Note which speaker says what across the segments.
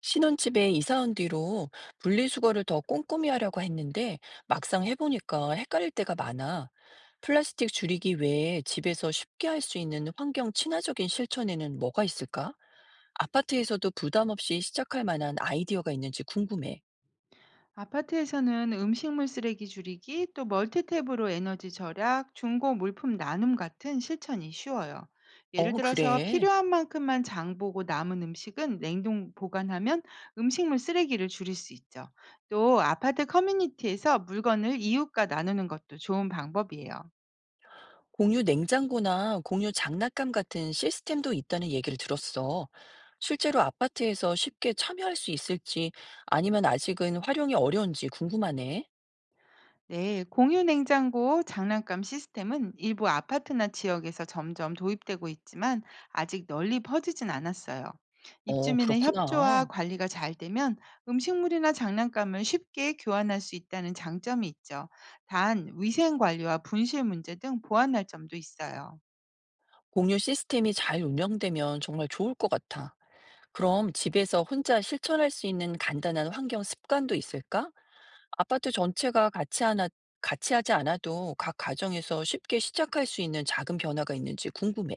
Speaker 1: 신혼집에 이사 온 뒤로 분리수거를 더 꼼꼼히 하려고 했는데 막상 해보니까 헷갈릴 때가 많아. 플라스틱 줄이기 외에 집에서 쉽게 할 수 있는 환경 친화적인 실천에는 뭐가 있을까? 아파트에서도 부담 없이 시작할 만한 아이디어가 있는지 궁금해.
Speaker 2: 아파트에서는 음식물 쓰레기 줄이기, 또 멀티탭으로 에너지 절약, 중고 물품 나눔 같은 실천이 쉬워요. 예를
Speaker 1: 어,
Speaker 2: 들어서
Speaker 1: 그래.
Speaker 2: 필요한 만큼만 장 보고 남은 음식은 냉동 보관하면 음식물 쓰레기를 줄일 수 있죠. 또 아파트 커뮤니티에서 물건을 이웃과 나누는 것도 좋은 방법이에요.
Speaker 1: 공유 냉장고나 공유 장난감 같은 시스템도 있다는 얘기를 들었어. 실제로 아파트에서 쉽게 참여할 수 있을지 아니면 아직은 활용이 어려운지 궁금하네.
Speaker 2: 네, 공유 냉장고 장난감 시스템은 일부 아파트나 지역에서 점점 도입되고 있지만 아직 널리 퍼지진 않았어요.
Speaker 1: 어,
Speaker 2: 입주민의 협조와
Speaker 1: 그렇구나.
Speaker 2: 관리가 잘 되면 음식물이나 장난감을 쉽게 교환할 수 있다는 장점이 있죠. 단, 위생 관리와 분실 문제 등 보완할 점도 있어요.
Speaker 1: 공유 시스템이 잘 운영되면 정말 좋을 것 같아. 그럼 집에서 혼자 실천할 수 있는 간단한 환경 습관도 있을까? 아파트 전체가 같이 하나, 같이 하지 않아도 각 가정에서 쉽게 시작할 수 있는 작은 변화가 있는지 궁금해.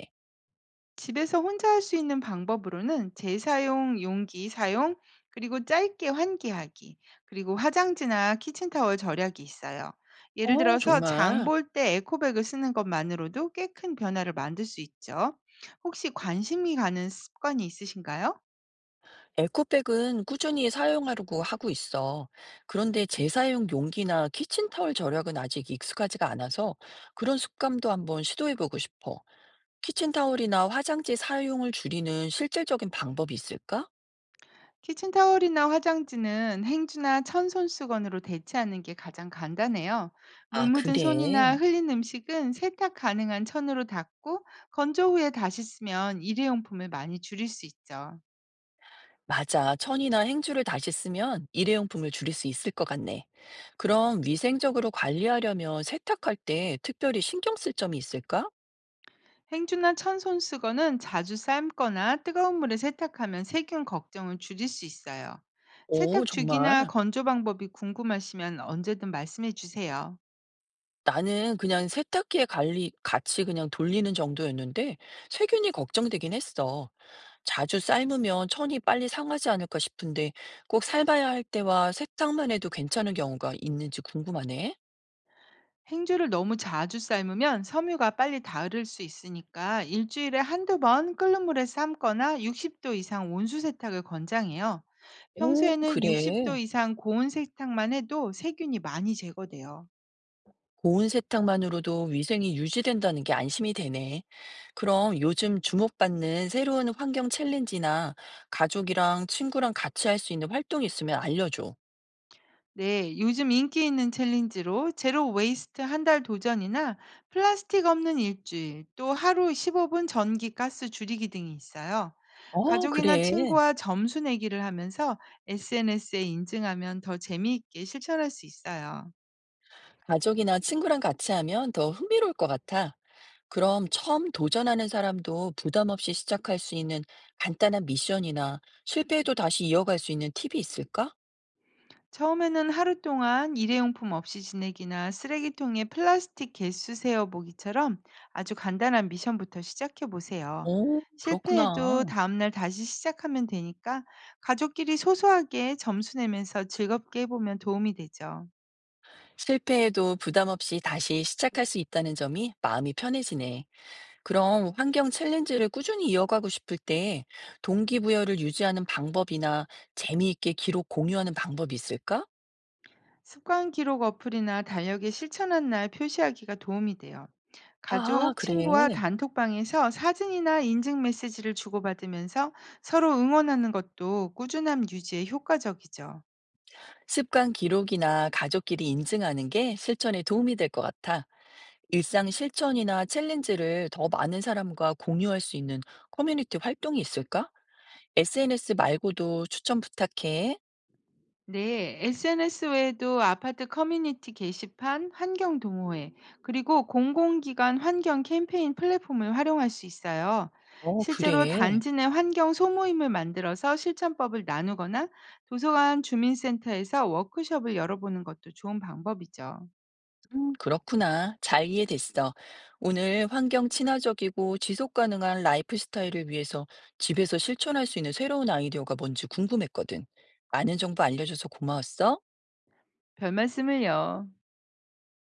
Speaker 2: 집에서 혼자 할 수 있는 방법으로는 재사용 용기 사용, 그리고 짧게 환기하기, 그리고 화장지나 키친타월 절약이 있어요. 예를
Speaker 1: 어,
Speaker 2: 들어서 장
Speaker 1: 정말.
Speaker 2: 볼 때 에코백을 쓰는 것만으로도 꽤 큰 변화를 만들 수 있죠. 혹시 관심이 가는 습관이 있으신가요?
Speaker 1: 에코백은 꾸준히 사용하려고 하고 있어. 그런데 재사용 용기나 키친타월 절약은 아직 익숙하지가 않아서 그런 습관도 한번 시도해보고 싶어. 키친타올이나 화장지 사용을 줄이는 실질적인 방법이 있을까?
Speaker 2: 키친타월이나 화장지는 행주나 천손수건으로 대체하는 게 가장 간단해요. 물
Speaker 1: 아,
Speaker 2: 묻은 손이나
Speaker 1: 그래.
Speaker 2: 흘린 음식은 세탁 가능한 천으로 닦고 건조 후에 다시 쓰면 일회용품을 많이 줄일 수 있죠.
Speaker 1: 맞아. 천이나 행주를 다시 쓰면 일회용품을 줄일 수 있을 것 같네. 그럼 위생적으로 관리하려면 세탁할 때 특별히 신경 쓸 점이 있을까?
Speaker 2: 행주나 천손수건은 자주 삶거나 뜨거운 물에 세탁하면 세균 걱정을 줄일 수 있어요.
Speaker 1: 오,
Speaker 2: 세탁 주기나
Speaker 1: 정말.
Speaker 2: 건조 방법이 궁금하시면 언제든 말씀해 주세요.
Speaker 1: 나는 그냥 세탁기에 관리, 같이 그냥 돌리는 정도였는데 세균이 걱정되긴 했어. 자주 삶으면 천이 빨리 상하지 않을까 싶은데 꼭 삶아야 할 때와 세탁만 해도 괜찮은 경우가 있는지 궁금하네.
Speaker 2: 행주를 너무 자주 삶으면 섬유가 빨리 닳을 수 있으니까 일주일에 한두 번 끓는 물에 삶거나 60도 이상 온수 세탁을 권장해요.
Speaker 1: 오,
Speaker 2: 평소에는 60도
Speaker 1: 그래.
Speaker 2: 이상 고온 세탁만 해도 세균이 많이 제거돼요.
Speaker 1: 고온 세탁만으로도 위생이 유지된다는 게 안심이 되네. 그럼 요즘 주목받는 새로운 환경 챌린지나 가족이랑 친구랑 같이 할 수 있는 활동이 있으면 알려줘.
Speaker 2: 네, 요즘 인기 있는 챌린지로 제로 웨이스트 한 달 도전이나 플라스틱 없는 일주일, 또 하루 15분 전기 가스 줄이기 등이 있어요.
Speaker 1: 어,
Speaker 2: 가족이나
Speaker 1: 그래.
Speaker 2: 친구와 점수 내기를 하면서 SNS에 인증하면 더 재미있게 실천할 수 있어요.
Speaker 1: 가족이나 친구랑 같이 하면 더 흥미로울 것 같아. 그럼 처음 도전하는 사람도 부담 없이 시작할 수 있는 간단한 미션이나 실패해도 다시 이어갈 수 있는 팁이 있을까?
Speaker 2: 처음에는 하루 동안 일회용품 없이 지내기나 쓰레기통에 플라스틱 개수 세어보기처럼 아주 간단한 미션부터 시작해 보세요.
Speaker 1: 오, 그렇구나.
Speaker 2: 실패해도 다음날 다시 시작하면 되니까 가족끼리 소소하게 점수 내면서 즐겁게 해보면 도움이 되죠.
Speaker 1: 실패해도 부담 없이 다시 시작할 수 있다는 점이 마음이 편해지네. 그럼 환경 챌린지를 꾸준히 이어가고 싶을 때 동기부여를 유지하는 방법이나 재미있게 기록 공유하는 방법이 있을까?
Speaker 2: 습관 기록 어플이나 달력에 실천한 날 표시하기가 도움이 돼요.
Speaker 1: 아,
Speaker 2: 가족, 친구와
Speaker 1: 그래.
Speaker 2: 단톡방에서 사진이나 인증 메시지를 주고받으면서 서로 응원하는 것도 꾸준함 유지에 효과적이죠.
Speaker 1: 습관 기록이나 가족끼리 인증하는 게 실천에 도움이 될 것 같아. 일상 실천이나 챌린지를 더 많은 사람과 공유할 수 있는 커뮤니티 활동이 있을까? SNS 말고도 추천 부탁해.
Speaker 2: 네, SNS 외에도 아파트 커뮤니티 게시판, 환경 동호회, 그리고 공공기관 환경 캠페인 플랫폼을 활용할 수 있어요.
Speaker 1: 어,
Speaker 2: 실제로
Speaker 1: 그래.
Speaker 2: 단지 내 환경 소모임을 만들어서 실천법을 나누거나 도서관 주민센터에서 워크숍을 열어보는 것도 좋은 방법이죠.
Speaker 1: 그렇구나. 잘 이해됐어. 오늘 환경 친화적이고 지속 가능한 라이프 스타일을 위해서 집에서 실천할 수 있는 새로운 아이디어가 뭔지 궁금했거든. 많은 정보 알려줘서 고마웠어.
Speaker 2: 별 말씀을요.